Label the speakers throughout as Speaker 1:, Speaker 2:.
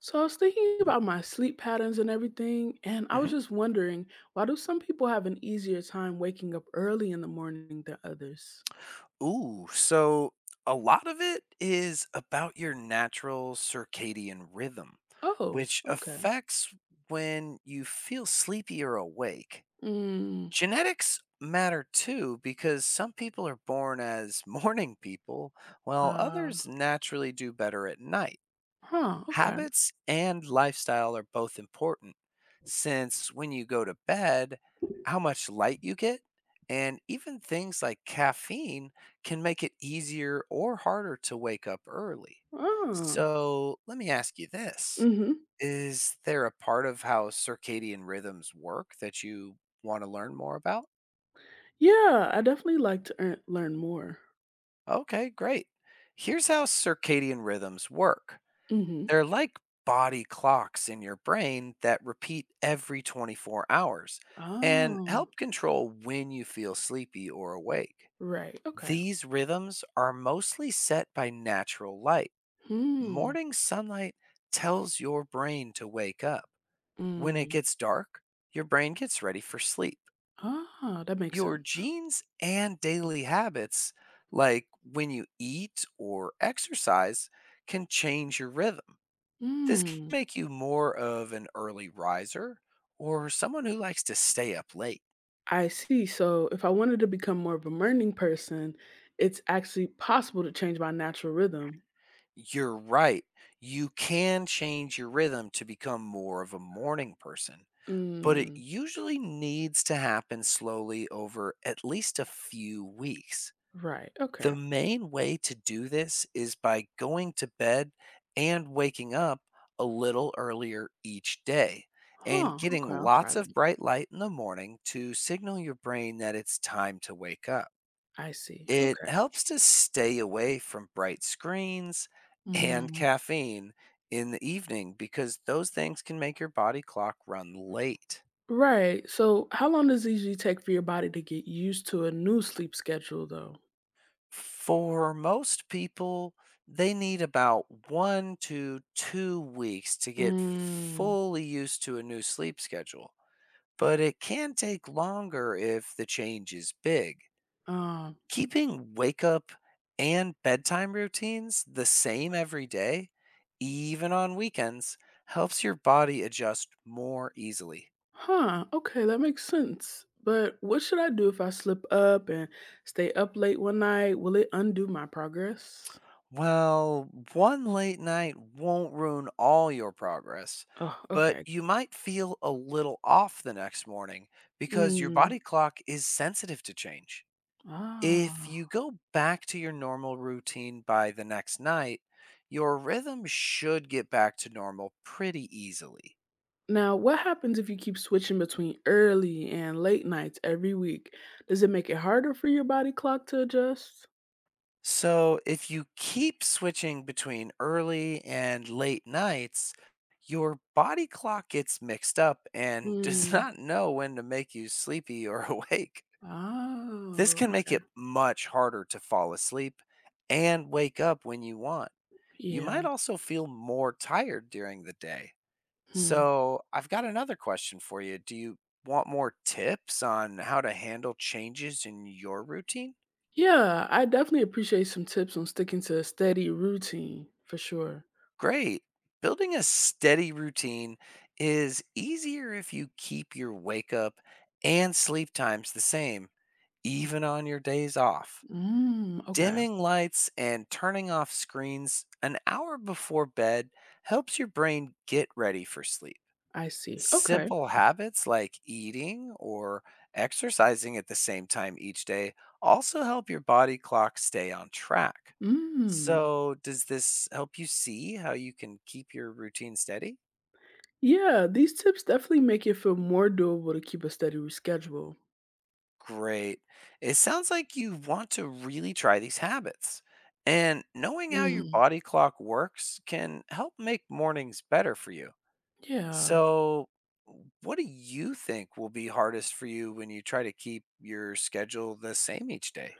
Speaker 1: So I was thinking about my sleep patterns and everything, and I was
Speaker 2: Mhm.
Speaker 1: just wondering, why do some people have an easier time waking up early in the morning than others?
Speaker 2: Ooh, so a lot of it is about your natural circadian rhythm,
Speaker 1: Oh,
Speaker 2: which
Speaker 1: okay.
Speaker 2: affects when you feel sleepy or awake.
Speaker 1: Mm,
Speaker 2: Genetics matter too because some people are born as morning people, while
Speaker 1: uh,
Speaker 2: others naturally do better at night.
Speaker 1: huh, okay.
Speaker 2: Habits and lifestyle are both important since when you go to bed, how much light you get, and even things like caffeine can make it easier or harder to wake up early.
Speaker 1: Oh,
Speaker 2: So let me ask you this.
Speaker 1: mm-hmm.
Speaker 2: Is there a part of how circadian rhythms work that you want to learn more about?
Speaker 1: Yeah, I definitely like to learn more.
Speaker 2: Okay, great. Here's how circadian rhythms work.
Speaker 1: Mm-hmm.
Speaker 2: They're like body clocks in your brain that repeat every 24 hours and
Speaker 1: Oh,
Speaker 2: help control when you feel sleepy or awake.
Speaker 1: right. Okay.
Speaker 2: These rhythms are mostly set by natural light.
Speaker 1: Hmm.
Speaker 2: Morning sunlight tells your brain to wake up. When it
Speaker 1: Mm.
Speaker 2: gets dark, your brain gets ready for sleep.
Speaker 1: Ah, that makes
Speaker 2: Your
Speaker 1: sense.
Speaker 2: genes and daily habits, like when you eat or exercise, can change your rhythm. This can
Speaker 1: Hmm.
Speaker 2: make you more of an early riser or someone who likes to stay up late.
Speaker 1: I see. So if I wanted to become more of a morning person, it's actually possible to change my natural rhythm.
Speaker 2: You're right. You can change your rhythm to become more of a morning person, but it
Speaker 1: Mm,
Speaker 2: usually needs to happen slowly over at least a few weeks.
Speaker 1: right. Okay.
Speaker 2: The main way to do this is by going to bed and waking up a little earlier each day and
Speaker 1: Huh.
Speaker 2: getting
Speaker 1: Okay. I'll try
Speaker 2: lots of
Speaker 1: that.
Speaker 2: bright light in the morning to signal your brain that it's time to wake up.
Speaker 1: I see.
Speaker 2: It
Speaker 1: Okay.
Speaker 2: helps to stay away from bright screens and
Speaker 1: Mm,
Speaker 2: caffeine in the evening because those things can make your body clock run late.
Speaker 1: right. So how long does it usually take for your body to get used to a new sleep schedule, though?
Speaker 2: For most people, they need about 1 to 2 weeks to get
Speaker 1: Mm,
Speaker 2: fully used to a new sleep schedule, but it can take longer if the change is big.
Speaker 1: uh,
Speaker 2: Keeping wake up and bedtime routines the same every day, even on weekends, helps your body adjust more easily.
Speaker 1: huh. Okay. That makes sense. But what should I do if I slip up and stay up late one night? Will it undo my progress?
Speaker 2: Well, one late night won't ruin all your progress,
Speaker 1: Oh,
Speaker 2: but
Speaker 1: okay.
Speaker 2: you might feel a little off the next morning because your body
Speaker 1: Mm.
Speaker 2: clock is sensitive to change. If
Speaker 1: Ah.
Speaker 2: you go back to your normal routine by the next night, your rhythm should get back to normal pretty easily.
Speaker 1: Now, what happens if you keep switching between early and late nights every week? Does it make it harder for your body clock to adjust?
Speaker 2: So, if you keep switching between early and late nights, your body clock gets mixed up and does
Speaker 1: Hmm.
Speaker 2: not know when to make you sleepy or awake. This
Speaker 1: Oh,
Speaker 2: can make
Speaker 1: okay.
Speaker 2: it much harder to fall asleep and wake up when you want. You might
Speaker 1: Yeah.
Speaker 2: also feel more tired during the day.
Speaker 1: Hmm.
Speaker 2: So, I've got another question for you. Do you want more tips on how to handle changes in your routine?
Speaker 1: Yeah, I definitely appreciate some tips on sticking to a steady routine for sure.
Speaker 2: Great. Building a steady routine is easier if you keep your wake up and sleep times the same, even on your days off.
Speaker 1: Mm, okay.
Speaker 2: Dimming lights and turning off screens an hour before bed helps your brain get ready for sleep.
Speaker 1: I see. Okay.
Speaker 2: Simple habits like eating or exercising at the same time each day also help your body clock stay on track.
Speaker 1: Mm.
Speaker 2: So, does this help you see how you can keep your routine steady?
Speaker 1: Yeah, these tips definitely make it feel more doable to keep a steady schedule.
Speaker 2: Great. It sounds like you want to really try these habits. And knowing how your
Speaker 1: Mm,
Speaker 2: body clock works can help make mornings better for you.
Speaker 1: yeah.
Speaker 2: So, what do you think will be hardest for you when you try to keep your schedule the same each day?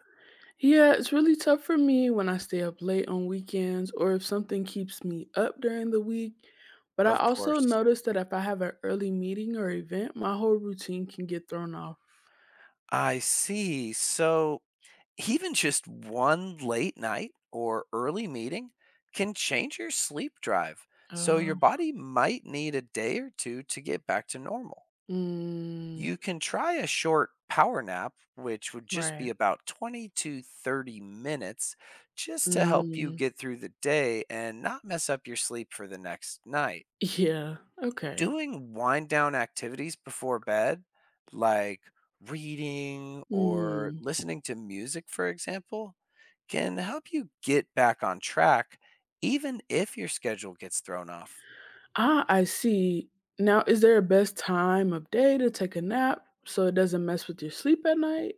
Speaker 1: Yeah, it's really tough for me when I stay up late on weekends or if something keeps me up during the week. But I
Speaker 2: Of
Speaker 1: also
Speaker 2: course.
Speaker 1: notice that if I have an early meeting or event, my whole routine can get thrown off.
Speaker 2: I see. So, even just one late night or early meeting can change your sleep drive. So, your
Speaker 1: Oh.
Speaker 2: body might need a day or two to get back to normal.
Speaker 1: Mm,
Speaker 2: You can try a short power nap, which would just be
Speaker 1: right.
Speaker 2: about 20 to 30 minutes, just to help you
Speaker 1: Mm,
Speaker 2: get through the day and not mess up your sleep for the next night.
Speaker 1: yeah. Okay.
Speaker 2: Doing wind down activities before bed, like reading or
Speaker 1: Mm.
Speaker 2: listening to music, for example, can help you get back on track, even if your schedule gets thrown off.
Speaker 1: Ah, I see. Now, is there a best time of day to take a nap so it doesn't mess with your sleep at night?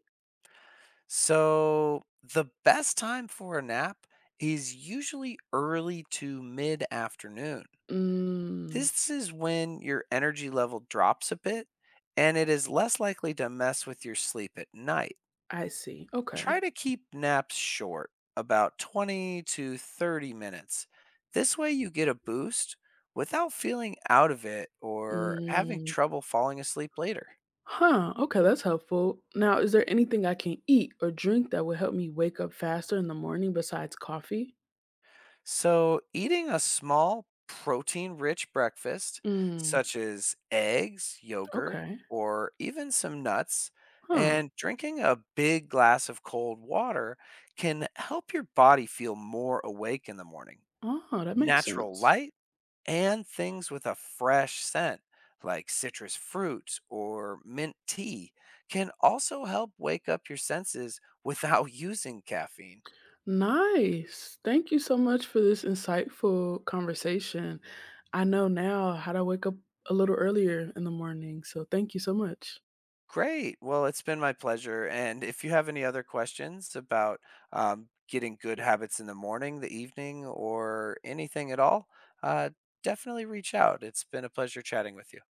Speaker 2: So the best time for a nap is usually early to mid afternoon.
Speaker 1: Mm,
Speaker 2: This is when your energy level drops a bit and it is less likely to mess with your sleep at night.
Speaker 1: I see. Okay.
Speaker 2: Try to keep naps short, about 20 to 30 minutes. This way you get a boost without feeling out of it or having
Speaker 1: Mm.
Speaker 2: trouble falling asleep later.
Speaker 1: Huh, okay, that's helpful. Now, is there anything I can eat or drink that would help me wake up faster in the morning besides coffee?
Speaker 2: So, eating a small protein rich breakfast,
Speaker 1: Mm,
Speaker 2: such as eggs, yogurt,
Speaker 1: okay.
Speaker 2: or even some nuts,
Speaker 1: Huh.
Speaker 2: and drinking a big glass of cold water can help your body feel more awake in the morning.
Speaker 1: Oh, that makes
Speaker 2: Natural
Speaker 1: sense.
Speaker 2: light and things with a fresh scent, like citrus fruits or mint tea, can also help wake up your senses without using caffeine.
Speaker 1: Nice. Thank you so much for this insightful conversation. I know now how to wake up a little earlier in the morning. So thank you so much.
Speaker 2: Great. Well, it's been my pleasure. And if you have any other questions about getting good habits in the morning, the evening, or anything at all, uh, definitely reach out. It's been a pleasure chatting with you.